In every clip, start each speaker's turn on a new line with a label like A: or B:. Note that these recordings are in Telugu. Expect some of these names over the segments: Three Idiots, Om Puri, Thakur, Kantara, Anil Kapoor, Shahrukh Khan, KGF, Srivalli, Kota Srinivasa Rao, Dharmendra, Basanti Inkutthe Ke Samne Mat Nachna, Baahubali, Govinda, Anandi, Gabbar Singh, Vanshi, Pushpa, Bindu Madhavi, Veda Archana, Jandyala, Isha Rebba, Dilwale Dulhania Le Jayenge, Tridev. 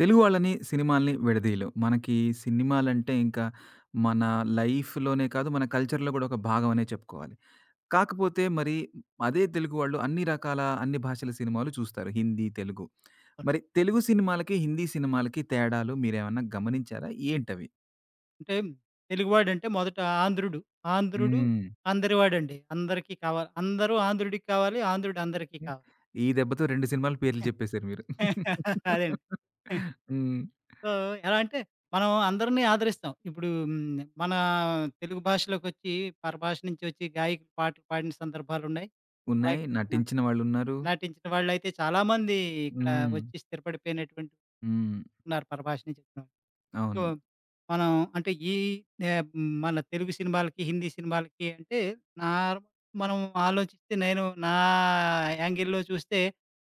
A: తెలుగు వాళ్ళని, సినిమాల్ని విడదీయలేం. మనకి సినిమాలంటే ఇంకా మన లైఫ్‌లోనే కాదు, మన కల్చర్‌లో గూడా ఒక భాగం అనే చెప్పుకోవాలి. కాకపోతే మరి అదే తెలుగు వాళ్ళు అన్ని రకాల, అన్ని భాషల సినిమాలు చూస్తారు. హిందీ, తెలుగు. మరి తెలుగు సినిమాలకి, హిందీ సినిమాలకి తేడాలు మీరేమన్నా గమనించారా? ఏంటవి?
B: అంటే తెలుగువాడంటే మొదట ఆంధ్రుడు. ఆంధ్రుడు
A: హ్మ్.
B: అందరివాడండి. అందరికీ కావాలి. అందరూ ఆంధ్రుడికి కావాలి. ఆంధ్రుడు అందరికీ
A: హ్మ్.
B: కావాలి.
A: ఈ దెబ్బతో 2 సినిమాల పేర్లు జెప్పేసారు మీరు.
B: అదేండి.
A: హ్మ్.
B: సో, ఎలా అంటే మనం అందరిని ఆదరిస్తాం. ఇప్పుడు మన తెలుగు భాషలోకొచ్చి పరభాష నుంచి వచ్చి గాయకులు పాటలు పాడిన సందర్భాలున్నాయి.
A: ఉన్నాయి.
B: అలాగే ఆ!
A: నటించిన వాళ్ళున్నారు.
B: నటించిన వాళ్ళైతే చాలామంది ఇక్కడ
A: హ్మ్.
B: వచ్చి స్థిరపడిపోయినటువంటి
A: హ్మ్.
B: ఉన్నారు పరభాష నుంచి వచ్చిన వాళ్ళు. సో,
A: అవును.
B: మనం అంటే ఆహ్, మన తెలుగు సినిమాలకి, హిందీ సినిమాలకి అంటే నార్ మనం ఆలోచిస్తే నేను నా యాంగిల్‌లో చూస్తే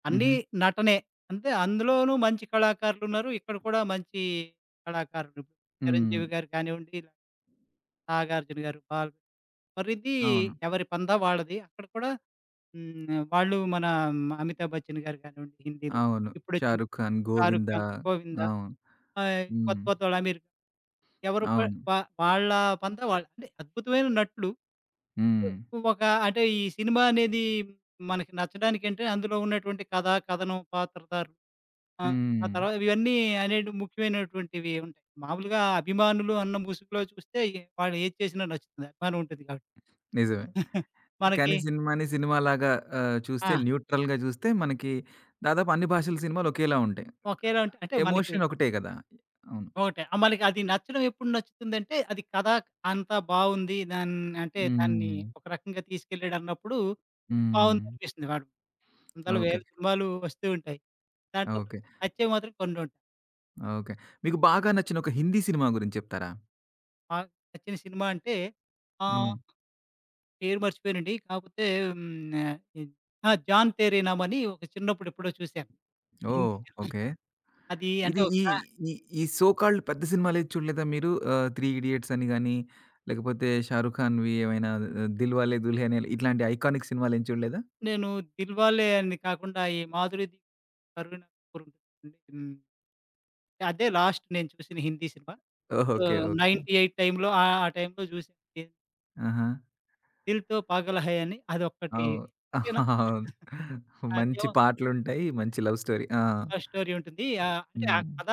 B: అన్నీ
A: హుహు.
B: నటనే. అంటే అందులోనూ మంచి కళాకారులున్నారు. ఇక్కడ కూడా మంచి కళాకారులు. ఇప్పుడు
A: హ్మ్.
B: 'చిరంజీవి' గారు కానివ్వండి, 'నాగార్జున' గారు, 'బాల' మరిది
A: అవును.
B: ఎవరి పందా వాళ్ళది. అక్కడ కూడా వాళ్ళు మన 'అమితాబ్ బచ్చన్' గారు కానివ్వండి హిందీలో.
A: అవును.
B: ఇప్పుడొచ్చిన
A: 'షారుఖ్ ఖాన్',
B: 'షారుఖ్
A: 'గోవిందా'
B: ఖాన్', 'గోవింద',
A: అవును. హ్మ్.
B: కొత్త కొత్తోళ్ళు అమీర్ ఎవరు ప
A: అవును.
B: వా వాళ్ళ పంతా వాళ్ళు. అంటే అద్భుతమైన నటులు.
A: హ్మ్.
B: ఒక అంటే ఈ సినిమా అనేది మనకి నచ్చడానికంటే అందులో ఉన్నటువంటి కథ, కథనం, పాత్రధారులు ఆ! ఆ
A: హ్మ్.
B: తర్వాత ఇవన్నీ అనేటివి ముఖ్యమైనటువంటివి ఉంటాయి. మామూలుగా అభిమానులు అన్న ముసుగులో చూస్తే వాళ్ళు ఏది చేసినా నచ్చుతుంది. అభిమానం ఉంటుంది కాబట్టి.
A: నిజమే. కానీ
B: మనకి
A: సినిమాని సినిమాలాగా
B: ఆ!
A: చూస్తే న్యూట్రల్‌గా చూస్తే మనకి దాదాపు అన్ని భాషల సినిమాలు ఒకేలా ఉంటాయి.
B: ఒకేలా ఉంటే అంటే మనకి
A: ఎమోషన్ ఒకటే కదా! అవును.
B: ఒకటే. మనకి అది నచ్చడం ఎప్పుడు నచ్చుతుందంటే అది కథ అంతా బావుంది. దాన్ని అంటే దాన్ని
A: హ్మ్.
B: ఒక రకంగా తీసుకెళ్ళాడన్నప్పుడు
A: హ్మ్.
B: బావుందనిపిస్తుంది. వాడు వందల,
A: ఓకే.
B: వేల సినిమాలు వస్తూ ఉంటాయి. దాంట్లో
A: ఓకే.
B: నచ్చేవి మాత్రం కొన్ని ఉంటాయి.
A: ఓకే. మీకు బాగా నచ్చిన ఒక హిందీ సినిమా గురించి చెప్తారా?
B: నాకు నచ్చిన సినిమా అంటే ఆహ్,
A: హ్మ్.
B: పేరు మర్చిపోయానండి. కాకపోతే హ్మ్. ఆహ్, ఇ ఆ! 'జాన్ తేరీ నామ్' అని ఒక చిన్నప్పుడు ఎప్పుడో చూశాను. హిందీ
A: ఓహ్! ఓకే.
B: సినిమా. అది
A: ఇది
B: అంటే ఒక
A: ఈ ఈ ఈ సో కాల్డ్ పెద్ద సినిమాలేది చూడలేదా మీరు? 'త్రీ ఇడియట్స్' అని గాని, లేకపోతే 'షారుఖ్ ఖాన్‌వి' ఏమైనా 'దిల్వాలే దుల్హనియా' ఇట్లాంటి ఐకానిక్ సినిమాలేం చూడలేదా?
B: నేను 'దిల్వాలే' అని కాకుండా ఈ 'మాధురి దీక్షిత్', కరీనా కపూర్ ఉంటుంది. హ్మ్. అదే లాస్ట్ నేను చూసిన హిందీ సినిమా.
A: ఓకే. ఓకే.
B: 98 టైమ్‌లో ఆ ఆ టైమ్‌లో చూసాను.
A: ఆహా!
B: 'దిల్ తో పాగల్ హై' అని అదొక్కటి.
A: అవు
B: అంటే
A: అవును. మంచి
B: నాకేమో
A: పాటలుంటాయి. మంచి లవ్ స్టోరీ. ఆ!
B: స్టోరీ ఉంటుంది. అంటే ఆ
A: హ్మ్.
B: కథ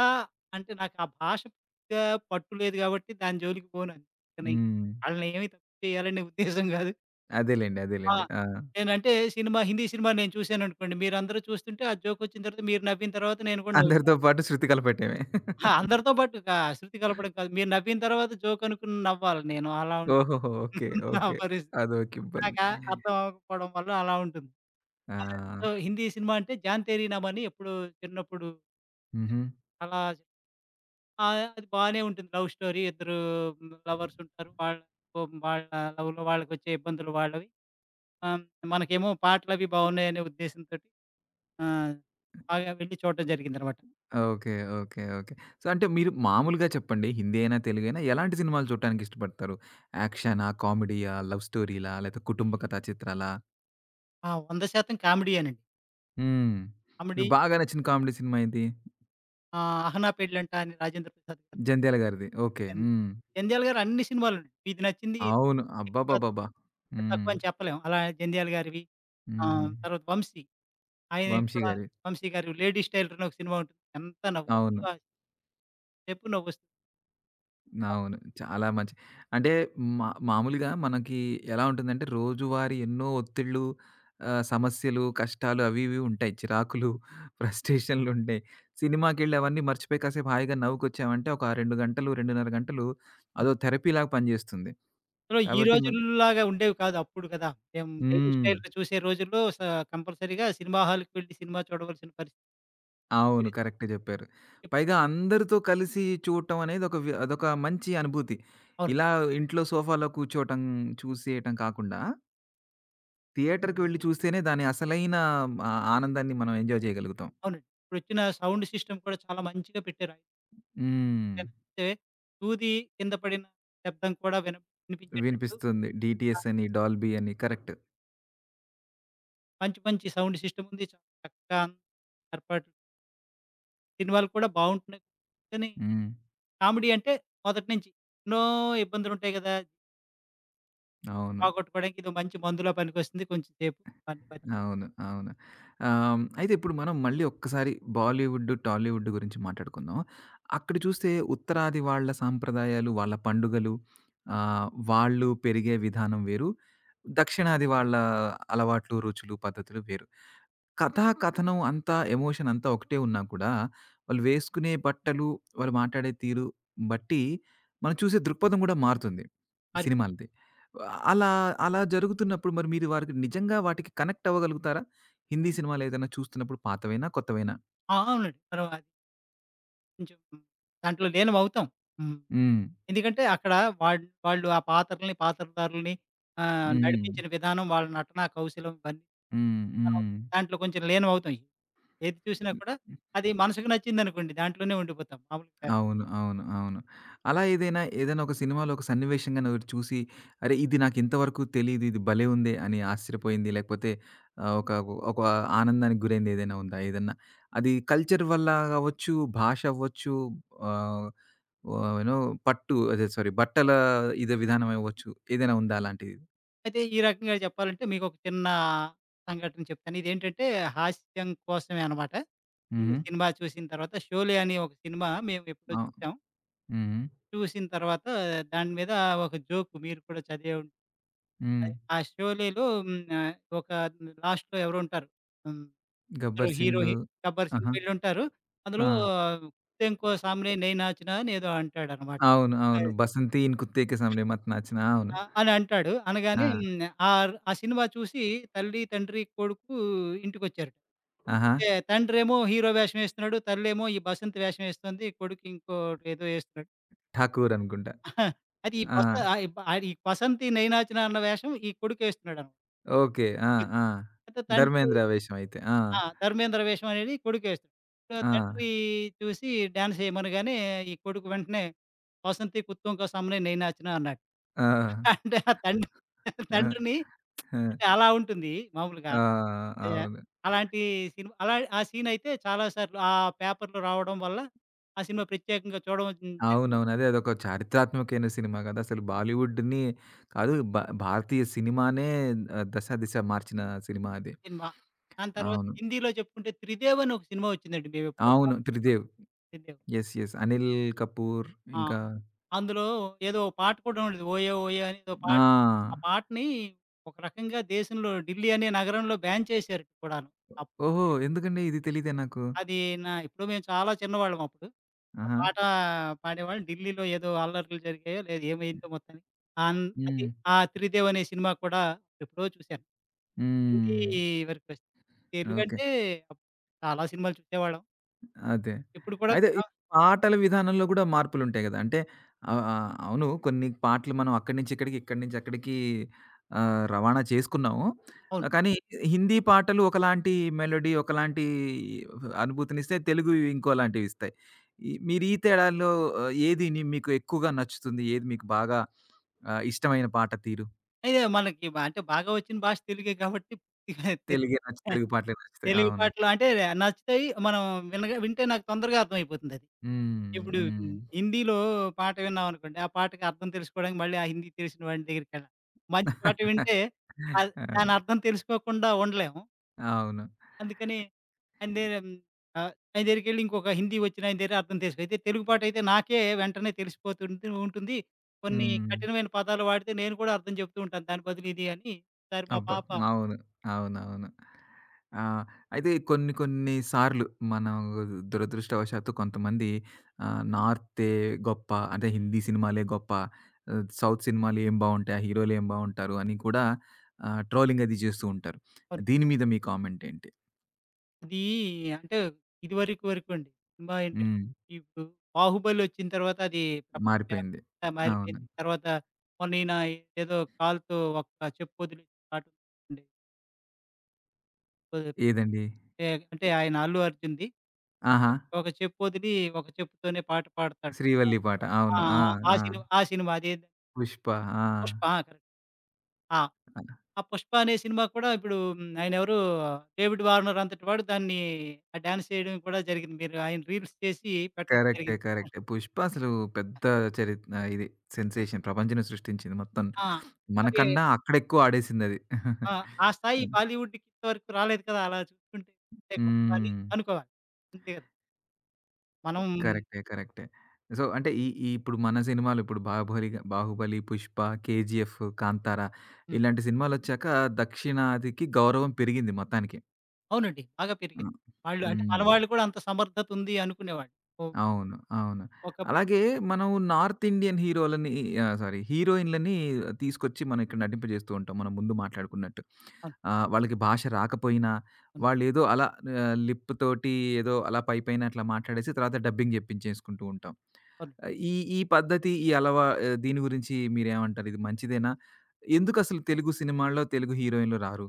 B: అంటే నాకు ఆ భాష పూర్తిగా పట్టు లేదు గాబట్టి దాని జోలికి పోను. అందుకని
A: హ్మ్.
B: ఆళ్ళని ఏమి తప్పు చేయాలనే ఉద్దేశ్యం గాదు.
A: అదేలెండి.
B: ఆ!
A: అదేలెండి. ఆ!
B: నేనంటే హిందీ సినిమా నేను చూశాననుకోండి, మీరందరూ చూస్తుంటే ఆ జోకొచ్చిన తర్వాత మీరు నవ్విన తర్వాత నేను కూడా నవ్వుతా.
A: అందరితో పాటు శృతి కలపెట్టేమే.
B: అందరితో పాటు గా శృతి కలపడం కాదు. మీరు నవ్విన తర్వాత జోక్ అనుకుని నవ్వాలి నేను. అలా ఉంటుంది
A: ఓహోహో! ఓకే.
B: నా
A: ఓకే.
B: పరిస్థితి.
A: అదోక ఇబ్బంది.
B: నాకు ఆ అర్థం అవ్వకపోవడం వల్ల అలా ఉంటుంది.
A: ఆ!
B: సో, హిందీ సినిమా అంటే 'జాన్ తేరీ నామ్' అని ఎప్పుడో చిన్నప్పుడు
A: హుహు.
B: అలా ఆ! అది బానే ఉంటుంది. Love story. ఇద్దరు లవర్స్ ఉంటారు. వాళ్ళ వాళ్ళ లవ్‌లో వాళ్ళకొచ్చే ఇబ్బందులు వాళ్ళవి. ఆహ్, మనకేమో పాటలవి బాగున్నాయనే ఉద్దేశంతోటి ఆ! బాగా వెళ్లి చూడడం జరిగిందనమాట.
A: ఓకే. ఓకే. ఓకే. సో, అంటే మీరు మామూలుగా చెప్పండి హిందీ అయినా, తెలుగైనా ఎలాంటి సినిమాలు చూడటానికి ఇష్టపడతారు? యాక్షనా? కామెడీయా? లవ్ స్టోరీలా? లేతే కుటుంబ కథా చిత్రాలా?
B: 100% కామెడీయేనండి.
A: హ్మ్.
B: కామెడీ
A: మీకు బాగా నచ్చిన కామెడీ సినిమా ఏది?
B: 'అహనా పెళ్ళంట' అని రాజేంద్ర ప్రసాద్ గారు.
A: 'జంధ్యాల' గారిది. ఓకే.
B: ఎన్
A: హ్మ్.
B: జంధ్యాల గారి అన్ని సినిమాలు ఉన్నాయి. ఇది నచ్చింది,
A: అవును.
B: ఎక్కువ
A: అబ్బబ్బబ్బబ్బా! హ్మ్.
B: తక్కువ అని చెప్పలేం. అలా జంధ్యాల గారివి
A: హ్మ్.
B: తర్వాత 'వంశీ' ఆయనవి
A: 'వంశీ'
B: కూడా
A: గారి.
B: 'వంశీ' గారి 'లేడీ స్టైలర్' అని ఒక సినిమా ఉంటుంది. ఎంత
A: అవును.
B: నవ్వొస్తుందో ఆ సేపు నవ్వొస్తుంది.
A: అవును. చాలా మంచి అంటే మామూలుగా మనకి ఎలా ఉంటుందంటే రోజువారీ ఎన్నో ఒత్తిళ్ళు, సమస్యలు, కష్టాలు అవి ఇవి ఉంటాయి. చిరాకులు, ఫ్రస్ట్రేషన్‌లుంటాయి. సినిమాకెళ్ళి అవన్నీ మర్చిపోయి కాసేపు హాయిగా నవ్వుకొచ్చామంటే ఒక 2 గంటలు, 2:30 గంటలు అదో థెరపీలాగా పనిజేస్తుంది.
B: సో, ఈ
A: కాబట్టి మ
B: రోజుల్లాగా ఉండేవి కాదు అప్పుడు కదా! మేము డైలీ
A: హ్మ్.
B: స్టైల్‌లో చూసే రోజుల్లో కంపల్సరీగా సినిమా హాల్‌కి వెళ్లి సినిమా చూడవలసిన పరిస్థితి.
A: అవును. కరెక్టే జెప్పారు. పైగా అందరితో కలిసి చూడటం అనేది ఒక అదొక మంచి అనుభూతి.
B: అవును.
A: ఇలా ఇంట్లో సోఫాలో కూర్చోవటం, చూసేయటం కాకుండా థియేటర్‌కి వెళ్లి చూస్తేనే దాని అసలైన ఆనందాన్ని మనం ఎంజాయ్ చేయగలుగుతాం.
B: అవునండి. ఇప్పుడొచ్చిన సౌండ్ సిస్టమ్ కూడా చాలా మంచిగా పెట్టారు.
A: హ్మ్.
B: అంటే సూది కింద పడిన శబ్దం కూడా వినిపించేటట్టు
A: వినిపిస్తుంది. డీటీఎస్ అని, డాల్బీ అని కరెక్ట్.
B: మంచి మంచి సౌండ్ సిస్టమ్ ఉంది. చాలా చక్కగా ఏర్పాట్లు. సినిమాలు కూడా బావుంటున్నాయి. కానీ
A: హ్మ్.
B: కామెడీ అంటే మొదటి నుంచి ఎన్నో ఇబ్బందులుంటాయి గదా!
A: అవును.
B: పోగొట్టుకోవడానికి ఇదో మంచి మందులా పనికొస్తుంది కొంచెం సేపు. అన్ని మర్చిపోతాం.
A: అవును. అవును. అయితే ఇప్పుడు మనం మళ్ళీ ఒక్కసారి బాలీవుడ్, టాలీవుడ్ గురించి మాట్లాడుకుందాం. అక్కడ చూస్తే ఉత్తరాది వాళ్ళ సాంప్రదాయాలు, వాళ్ళ పండుగలు వాళ్ళు పెరిగే విధానం వేరు. దక్షిణాది వాళ్ళ అలవాట్లు, రుచులు, పద్ధతులు వేరు. కథా కథనం అంతా, ఎమోషన్ అంతా ఒకటే ఉన్నా కూడా, వాళ్ళు వేసుకునే బట్టలు, వాళ్ళు మాట్లాడే తీరు బట్టి, మనం చూసే దృక్పథం గూడా మారుతుంది ఈ సినిమాలది. అలా, అలా జరుగుతున్నప్పుడు మరి మీరు వారికి నిజంగా వాటికి కనెక్ట్ అవ్వగలుగుతారా? హిందీ సినిమాలేదైనా చూస్తున్నప్పుడు పాతవైనా, కొత్తవైనా?
B: అవునండి. మనం అది కొంచెం దాంట్లో లీనమవుతాం. హ్మ్.
A: హ్మ్.
B: ఎందుకంటే అక్కడ వాళ్ళు ఆ పాత్రలని, పాత్రధారులని,
A: హ్మ్.
B: నడిపించిన విధానం, వాళ్ళ నటనా కౌశలం ఇవన్నీ
A: హ్మ్.
B: మనం
A: హ్మ్.
B: దాంట్లో కొంచెం లీనమవుతాం. ఏది చూసినా కూడా అది మనసుకు నచ్చిందనుకోండి దాంట్లోనే ఉండిపోతాం మామూలుగా.
A: అవును. అవును. అవును. అలా ఏదైనా ఒక సినిమాలో ఒక సన్నివేశం గాని ఒకటి చూసి, అరే! ఇది నాకింతవరకు తెలీదు. ఇది భలే ఉందే అని ఆశ్చర్యపోయింది. లేకపోతే ఒక ఒక ఆనందానికి గురైంది ఏదైనా ఉందా? ఏదన్నా అది కల్చర్ వల్ల అవ్వచ్చు, భాష అవ్వచ్చు, ఆహ్, ఆహ్, యూ నో పట్టు అదే సారీ బట్టల ఇదే విధానం అవ్వచ్చు. ఏదైనా ఉందా అలాంటిది?
B: అయితే ఈ రకంగా చెప్పాలంటే మీకొక చిన్న సంఘటన చెప్తాను. ఇదేంటంటే హాస్యం కోసమే అనమాట. ఈ
A: హుహు.
B: సినిమా చూసిన తర్వాత 'షోలే' అనే ఒక సినిమా మేము ఎప్పుడో
A: అవ్
B: చూసాం.
A: హుహు.
B: చూసిన తర్వాత దాని మీద ఒక జోక్ మీరు కూడా చదివే
A: హ్మ్.
B: అది. ఆ షోలేలో ఒక లాస్ట్‌లో ఎవరో ఉంటారు. హ్మ్. ఇద్దరు
A: 'గబ్బర్
B: హీరో,
A: సింగ్'
B: హీ గబ్బర్
A: ఆహా!
B: సింగ్ వీళ్ళుంటారు. అందులో
A: ఆ!
B: "కుత్తెంకో సామ్‌నే నహీ నాచ్‌నా" అని ఏదో అంటాడనమాట.
A: అవును. అవును.
B: అది.
A: 'బసంతి ఇన్కుత్తే కే సామ్నే మత్ నాచనా' అవును.
B: అని అంటాడు. అనగానే
A: ఆ!
B: హ్మ్. ఆర్ ఆ సినిమా చూసి తల్లి, తండ్రి, కొడుకు ఇంటికొచ్చారట.
A: ఆహా!
B: అయితే తండ్రేమో హీరో వేషం ఏస్తున్నాడు. తల్లేమో ఈ బసంతి వేషం ఏస్తుంది. కొడుకు ఇంకోటేదో ఏస్తున్నాడు.
A: ఠాకూర్ అనుకుంటా.
B: అది ఈ
A: ఆ!
B: బస ఆహ్, ఈ బ ఆ ఈ బసంతి నహీ నాచ్‌నా అన్న వేషం ఈ కొడుకేస్తున్నాడనమాట.
A: ఓకే. ఆ! ఆ!
B: అయితే తండ్రి
A: ధర్మేంద్ర వేషం అయితే. ఆ!
B: 'ధర్మేంద్ర వేషం' అనేది కొడుకేస్తాడు. సో,
A: ఆ!
B: తండ్రి చూసి డాన్స్ ఏయమనగానే ఈ కొడుకు వెంటనే 'వసంతి కుత్తుమ్ కా సామ్‌నే నహీ నాచనా' అన్నాడు.
A: ఆ!
B: అంటే ఆ తండ్రి
A: ఆ!
B: తండ్రిని
A: ఆ!
B: అంటే అలా ఉంటుంది మామూలుగా.
A: ఆ!
B: ఏ
A: అవును.
B: అలాంటి సినిమా అలా ఆ సీనయితే చాలా సార్లు ఆ పేపర్‌లో రావడం వల్ల ఆ సినిమా ప్రత్యేకంగా చూడడం జరిగింది
A: అవునవును. అదొక చారిత్రాత్మకమైన సినిమా కదా! అసలు బాలీవుడ్‌ని కాదు భారతీయ సినిమానే దశ, దిశ మార్చిన సినిమా అది.
B: సినిమా. దాని తర్వాత
A: అవును.
B: హిందీలో చెప్పుకుంటే 'త్రిదేవ్' అని ఒక సినిమా వచ్చిందండి మేమెప్పుడో
A: అవును.
B: చాలా
A: 'త్రిదేవ్.'
B: చిన్నప్పుడు. 'త్రిదేవ్'.
A: యెస్. యెస్. అనిల్ కపూర్
B: ఆ!
A: ఇంకా
B: అందులో ఏదో పాట కూడా ఉండేది. 'ఓయే ఓయే' అని ఏదో పాట. ఆ
A: ఆ!
B: పాటని ఒక రకంగా దేశంలో ఢిల్లీ అనే నగరంలో బ్యాన్ చేశారు కూడాను.
A: ఓహో!
B: అప్పటికి
A: ఎందుకండి ఇది తెలీదే నాకు.
B: అది ఇప్పుడు మేము చాలా చిన్నవాళ్ళం అప్పుడు. ఆ
A: ఆహా!
B: పాట పాడేవాళ్ళు. ఢిల్లీలో ఏదో అల్లర్లు జరిగాయో లేదు ఏమైందో మొత్తానికి. ఆ అన్ అది
A: హ్మ్.
B: ఆ 'త్రిదేవ్' అనే సినిమా కూడా ఎప్పుడో చూశాను. హిందీ
A: హ్మ్.
B: వరకు వచ్
A: ఓకే.
B: తెలుగంటే అప్ చాలా సినిమాలు చూసేవాళ్ళం.
A: అదే.
B: ఇప్పుడు కూడా
A: అయితే ఈ
B: ఆ!
A: పాటల విధానంలో గూడా మార్పులుంటాయి గదా! అంటే ఆహ్, ఆహ్, అవును కొన్ని పాటలు మనం అక్కడి నుంచి ఇక్కడికి, ఇక్కడి నుంచి అక్కడికి రవాణా చేసుకున్నాము.
B: అవును.
A: కానీ హిందీ పాటలు ఒకలాంటి మెలోడీ, ఒకలాంటి అనుభూతినిస్తే తెలుగువి ఇంకోలాంటివిస్తాయి. మీరు ఈ తేడాల్లో ఏది ని మీకు ఎక్కువగా నచ్చుతుంది? ఏది మీకు బాగా ఇష్టమైన పాట తీరు?
B: అయితే మనకి అంటే బాగా వచ్చిన భాష తెలుగే కాబట్టి పూర్తిగా
A: తెలుగే
B: తెలుగే.
A: నచ్చి తెలుగు పాటలే నచ్చుతాయి.
B: తెలుగు
A: అవును.
B: పాటలు అంటే నచ్చుతాయి. మనం వినగా వింటే నాకు తొందరగా అర్థమైపోతుందది.
A: హ్మ్.
B: ఇప్పుడు
A: హ్మ్.
B: హిందీలో పాట విన్నామనుకోండి, ఆ పాటకి అర్థం తెలుసుకోవడానికి మళ్ళీ ఆ హిందీ తెలిసిన వాడి దగ్గరికెళ్ళాలి. మంచి పాట వింటే
A: అవును.
B: దాని అర్థం తెలుసుకోకుండా ఉండలేము.
A: అవును.
B: అందుకని ఆయన దగ్గర ఆయన దగ్గరికెళ్ళి ఇంకొక హిందీ వచ్చిన ఆయన దగ్గర అర్థం తెలుసుకో అయితే తెలుగు పాట అయితే నాకే వెంటనే తెలిసిపోతుంది ఉంటుంది. కొన్ని
A: హ్మ్.
B: కఠినమైన పదాలు వాడితే నేను కూడా అర్థం చెప్తూ ఉంటాను. దాని బదులు ఇది అని ఒకసారి మా
A: అబ్బా!
B: పాప.
A: అవును. అవునవును. ఆహ్, అయితే కొన్ని కొన్ని సార్లు మనం దురదృష్టవశాత్తు కొంతమంది నార్తే గొప్ప అంటే హిందీ సినిమాలే గొప్ప, సౌత్ సినిమాలు ఏం బావుంటాయి, ఆ హీరోలు ఏం బావుంటారు అని కూడా ట్రోలింగ్ అది చేస్తూ ఉంటారు. దీని మీద మీ కామెంట్ ఏంటి?
B: అది అంటే ఇదివరకు వరకు వరకు అండి. సినిమా
A: హ్మ్.
B: ఇండస్ట్రీ ఇప్పుడు 'బాహుబలి' వచ్చిన తర్వాత అది
A: మారిపోయింది.
B: ప్రపంచవ్యాప్తంగా
A: అవును.
B: మారిపోయింది. తర్వాత మొన్న ఈయన ఏదో కాలుతో ఒక చెప్పు వదిలేసిన పాట ఉంది.
A: ఏదండి?
B: అంటే ఆయన 'అల్లు అర్జున్‌ది' ఒక
A: ఆహా!
B: ఒక చెప్పు వదిలి ఒక చెప్పుతోనే పాట పాడతాడు.
A: 'శ్రీవల్లి' పాట.
B: ఆ!
A: అవును. ఆ! ఆ!
B: ఆ సినిమా అదేది.
A: 'పుష్ప' ఆ!
B: 'పుష్ప'. కరెక్ట్. ఆ! ఆ 'పుష్ప' అనే సినిమా కూడా ఇప్పుడు ఆయనెవరు 'డేవిడ్ వార్నర్' అంతటి వాడు దాన్ని ఆ డాన్స్ చేయడం కూడా జరిగింది. మీరు ఆయన రీల్స్ చేసి పెట్టడం
A: కరెక్టే.
B: జరిగింది.
A: కరెక్టే. 'పుష్ప' అసలు పెద్ద ఇది సెన్సేషన్ ప్రపంచమే సృష్టించింది మొత్తం.
B: ఆ! మరి
A: మనకన్నా అక్కడ ఎక్కువ ఆడేసిందది.
B: ఆ! ఆ స్థాయి
A: హ్మ్.
B: బాలీవుడ్‌కి ఇంతవరకు రాలేదు కదా! అలా చూస్తుంటే ఇంతే గొప్ప అని
A: హ్మ్.
B: అనుకోవాలి. అంతే కదా! మనం
A: కరెక్టే. కరెక్టే. సో, అంటే ఈ ఈ ఇప్పుడు మన సినిమాలు ఇప్పుడు 'బాహుబలి', 'పుష్ప', 'కేజీఎఫ్', 'కాంతార'
B: హ్మ్.
A: ఇలాంటి సినిమాలొచ్చాక దక్షిణాదికి గౌరవం పెరిగింది మొత్తానికి.
B: అవునండి. బాగా
A: ఆ!
B: పెరిగింది. వాళ్ళు అంటే మన
A: హ్మ్.
B: వాళ్ళు కూడా అంత సమర్థత ఉంది అనుకునేవాళ్ళు. ఒ
A: అవును. అవును.
B: ఒకప్పుడు
A: అలాగే మనం నార్త్ ఇండియన్ హీరోలని ఆహ్, సారీ హీరోయిన్‌లని తీసుకొచ్చి మనం ఇక్కడ నటింపజేస్తూ ఉంటాం. మనం ముందు మాట్లాడుకున్నట్టు.
B: అవును.
A: వాళ్ళకి భాష రాకపోయినా
B: అవును.
A: వాళ్ళేదో అలా లిప్ తోటి ఏదో అలా పైపైన అట్లా మాట్లాడేసి తర్వాత డబ్బింగ్ జెప్పించేసుకుంటూ ఉంటాం.
B: అవును.
A: ఈ ఈ పద్ధతి దీని గురించి మీరేమంటారు? ఇది మంచిదేనా? ఎందుకసలు తెలుగు సినిమాల్లో తెలుగు హీరోయిన్‌లు రారు?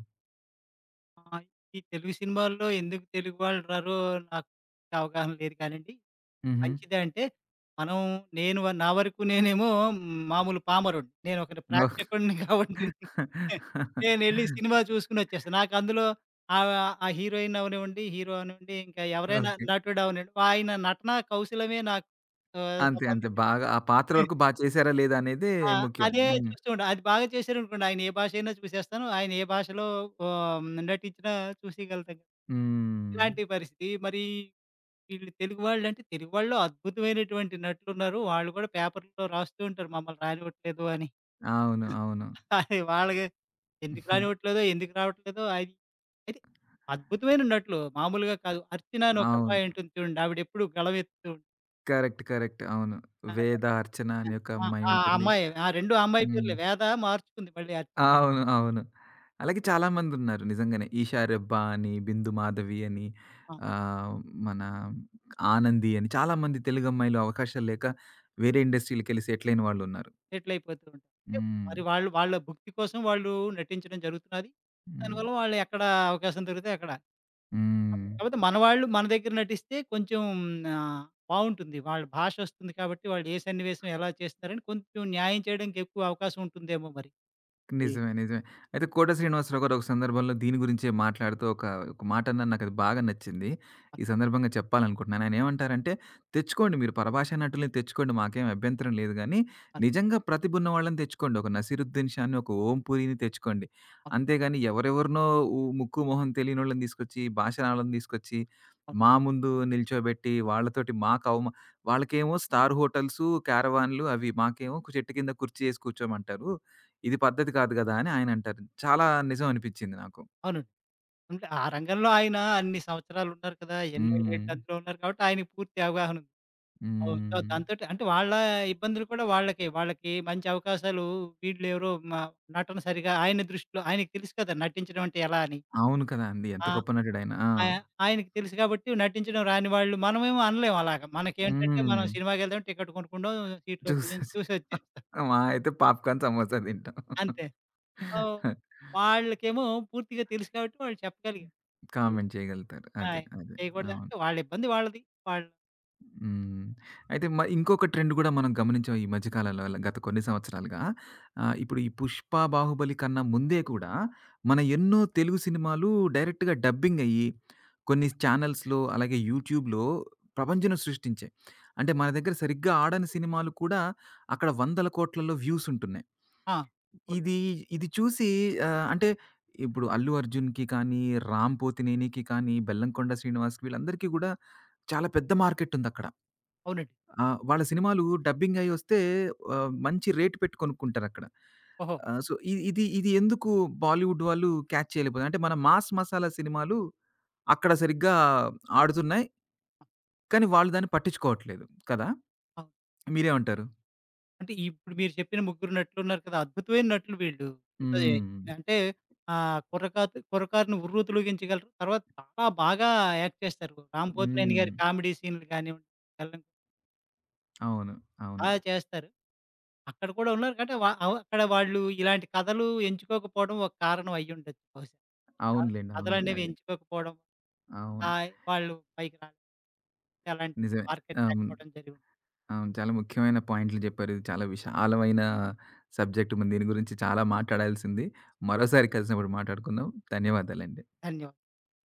B: ఆ! ఈ తెలుగు సినిమాల్లో ఎందుకు తెలుగు వాళ్ళు రారో నాకు అవగాహన లేదు కానండి.
A: హుహు.
B: మంచిదే అంటే, మనం నేను నా వరకు నేనేమో మామూలు పామరుడిని. నేను ఒక
A: ఓహ్!
B: ప్రేక్షకుడిని కాబట్టి నేనెళ్ళి సినిమా చూసుకొనొచ్చేస్తా. నాకు అందులో ఆహ్, ఆ హీరోయిన్ అవనివ్వండి, హీరో అవనివ్వండి, ఇంకా ఎవరైనా
A: ఓకే.
B: నటుడు అవనివ్వండి, ఆయన నటనా కౌశలమే నాకు
A: అంతే. అంతే.
B: సంబంధించింది.
A: బాగా ఆ పాత్ర వరకు చేశారా లేదా అనేదే
B: ఆ!
A: ముఖ్యం.
B: అదే
A: హ్మ్.
B: చూస్తూ ఉంటా. అది బాగా చేశారనుకోండి, ఆయన ఏ భాష అయినా చూసేస్తాను. ఆయన ఏ భాషలో ఆహ్, నటించినా చూసేయగలుగుతాను.
A: హ్మ్.
B: ఇలాంటి పరిస్థితి. మరి వీళ్ళు తెలుగు వాళ్ళంటే, తెలుగు వాళ్ళు అద్భుతమైనటువంటి నటులున్నారు. వాళ్ళు కూడా పేపర్‌లో రాస్తూ ఉంటారు మమ్మల్ని రానివ్వట్లేదు అని.
A: అవును. అవును.
B: అది వాళ్ళకి ఎందుకు అవును.
A: ఉహుం,
B: రానివ్వట్లేదో, ఎందుకు రావట్లేదో అది అయితే అద్భుతమైన నటులు మామూలుగా కాదు. 'అర్చన' అని ఒక
A: అవును.
B: అమ్మాయి ఉంటుంది చూడండి. ఆవిడెప్పుడు గళం ఎత్తుతూ ఉంటుంది.
A: కరెక్ట్. కరెక్ట్. అవును.
B: ఆ!
A: వేద అర్చన అనే ఒక
B: ఆ!
A: అమ్మాయి
B: ఆ
A: ఉంటుంది.
B: అమ్మాయే. ఆ 2 ఆ అమ్మాయి
A: హ్మ్.
B: పేర్లే. వేద మార్చుకుంది మళ్ళీ అర్చన.
A: అవును. అవును. అలాగే చాలామందున్నారు నిజంగానే. ఈషా రెబ్బా అని, బిందు మాధవి అని,
B: ఆ!
A: ఆహ్, మన ఆనంది అని చాలామంది తెలుగమ్మాయిలు అవకాశాలు లేక వేరే ఇండస్ట్రీలకెళ్ళి సెటిల్ అయిన వాళ్ళున్నారు.
B: సెటిల్ అయిపోతూ ఉంటారు. అంటే
A: హ్మ్.
B: మరి వాళ్ళు వాళ్ళ భుక్తి కోసం వాళ్ళు నటించడం జరుగుతున్నది.
A: హ్మ్.
B: దానివల్ల వాళ్ళు ఎక్కడ అవకాశం దొరికితే అక్కడ.
A: హ్మ్.
B: కాపోతే మనవాళ్ళు మన దగ్గర నటిస్తే కొంచెం ఆహ్, బావుంటుంది. వాళ్ళ భాష ఒస్తుంది కాబట్టి వాళ్ళు ఏ సన్నివేశం ఎలా చేస్తున్నారని కొంచెం న్యాయం చేయడానికి ఎక్కువ అవకాశం ఉంటుందేమో మరి. హ్మ్.
A: నిజమే. నిజమే. అయితే 'కోట శ్రీనివాసరావు' గారు ఒక సందర్భంలో దీని గురించే మాట్లాడుతూ ఒక మాట అన్నారు. నాకది బాగా నచ్చింది. ఈ
B: అన్
A: సందర్భంగా చెప్పాలనుకుంటున్నాను. ఆయనేమంటారంటే, "తెచ్చుకోండి మీరు పరభాషా నటుల్ని తెచ్చుకోండి. మాకేం అభ్యంతరం లేదు గానీ,
B: అన్
A: నిజంగా ప్రతిభున్న వాళ్ళని తెచ్చుకోండి. ఒక 'నసీరుద్దీన్ షా'ని, ఒక 'ఓం పూరిని' తెచ్చుకోండి.
B: అన్
A: అంతేగాని ఎవరెవరినో ముక్కు, మొహం తెలియనోళ్ళని తీసుకొచ్చి, భాష రానోళ్ళని తీసుకొచ్చి,
B: అవును.
A: మా ముందు నిల్చోబెట్టి వాళ్ళతోటి మాకు వాళ్ళకేమో స్టార్ హోటల్సు, క్యారవాన్‌లు అవి. మాకేమో చెట్టు కింద కుర్చీ ఏసి కూర్చోమంటారు. ఇది పద్ధతి కాదు గదా! అని ఆయనంటారు. చాలా నిజం అనిపిచ్చింది నాకు.
B: అవునండి. అంటే ఆ రంగంలో ఆయన అన్ని సంవత్సరాలున్నారు కదా! ఎన్నో ఏళ్ళు
A: హ్మ్.
B: అందులో ఉన్నారు కాబట్టి ఆయనకి పూర్తి అవగాహన ఉంది. అవును. సో,
A: హ్మ్.
B: దాంతోటి అంటే వాళ్ళ ఇబ్బందులు కూడా వాళ్ళకే. వాళ్ళకి మంచి అవకాశాలు వీళ్ళెవరో మ నటన సరిగా ఆయన దృష్టిలో ఆయనకి తెలుసు కదా! నటించడం అంటే ఎలా అని.
A: అవును కదా! అండి. ఎంత
B: ఆ!
A: గొప్ప నటుడైనా. ఆ!
B: ఆయ ఆయనకి తెలుసు కాబట్టి నటించడం రాని వాళ్ళు మనమేమో అనలేం అలాగా. మనకేంటంటే
A: హ్మ్.
B: మనం సినిమాకెళ్దాం, టికెట్ కొనుక్కుంటాం, సీట్‌లో కూర్చొని
A: చూసేసి
B: చూసొచ్చేస్తాం.
A: మా అయితే పాప్‌కార్న్, సమోసా తింటాం.
B: అంతే. సో, వాళ్ళకేమో పూర్తిగా తెలుసు కాబట్టి వాళ్ళు చెప్పగలిగారు. చెయ్
A: కామెంట్ చేయగలుగుతారు.
B: ఆ!
A: అదే. అదే. అవును.
B: చేయకూడదంటే వాళ్ళ ఇబ్బంది వాళ్ళది. వాళ్ళు
A: హ్మ్. అయితే ఇంకొక ట్రెండ్ గూడా మనం గమనించాం ఈ మధ్య కాలంలో గత కొన్ని సంవత్సరాలుగా. ఇప్పుడు ఈ 'పుష్ప', 'బాహుబలి' కన్నా ముందే కూడా మన ఎన్నో తెలుగు సినిమాలు డైరెక్ట్‌గా డబ్బింగ్ అయ్యి కొన్ని ఛానల్స్‌లో అలాగే యూట్యూబ్‌లో ప్రభంజనం సృష్టించాయి. అంటే మన దగ్గర సరిగ్గా ఆడని సినిమాలు కూడా అక్కడ వందల కోట్లలో వ్యూస్ ఉంటున్నాయి.
B: ఆ! అవును.
A: ఇది ఇది చూసి అంటే ఇప్పుడు 'అల్లు అర్జున్‌కి' కానీ, 'రామ్ పోతినేనికి' కానీ, 'బెల్లంకొండ శ్రీనివాస్‌కి' వీళ్ళందరికీ గూడా చాలా పెద్ద మార్కెట్ ఉందక్కడ.
B: అవునండి.
A: ఆ! వాళ్ళ సినిమాలు డబ్బింగ్ అయ్యి వస్తే మంచి రేట్ పెట్టి కొనుక్కుంటారక్కడ.
B: ఓహో!
A: సో, ఇ ఇది ఇది ఎందుకు బాలీవుడ్ వాళ్ళు క్యాచ్ చేయలేకపోయారు? అంటే మన మాస్ మసాలా సినిమాలు అక్కడ సరిగ్గా ఆడుతున్నాయి. కానీ వాళ్ళు దాన్ని పట్టించుకోవట్లేదు కదా!
B: అవును.
A: మీరేమంటారు?
B: అంటే ఇప్పుడు మీరు చెప్పిన ముగ్గురు నటులున్నారు కదా! అద్భుతమైన నటులు వీళ్ళు. అంటే
A: హ్మ్.
B: అంటే కుర్రకారు 'కుర్రకారు'ని ఉర్రూ తొలగించగలరు. తర్వాత చాలా బాగా యాక్ట్ చేస్తారు. 'రాంపోతినేని'
A: హ్మ్.
B: గారి కామెడీ సీన్‌లు కానివ్వండి
A: అవును. అవును.
B: చేస్తారు. అక్కడ కూడా ఉన్నారు. అంటే వ అవ అక్కడ వాళ్ళు ఇలాంటి కథలు ఎంచుకోకపోవడం ఒక కారణం అయ్యుండొచ్చు బహుశా. క
A: అవునులెండి. అవునులెండి.
B: కథలనేవి
A: అదే.
B: ఎంచుకోకపోవడం.
A: అవును.
B: వాళ్ళు పైకి రాలేదు. అలాంటి
A: నిజమే.
B: మార్కెట్
A: అవును.
B: లేకపోవడం జరిగి ఉంటుంది.
A: అవును. చాలా ముఖ్యమైన పాయింట్లు జెప్పారు. ఇది చాలా విశాలమైన సబ్జెక్ట్. మనం దీని గురించి చాలా మాట్లాడాల్సింది. మరోసారి కలిసినప్పుడు మాట్లాడుకుందాం. ధన్యవాదాలండి.
B: ధన్యవాదాలు.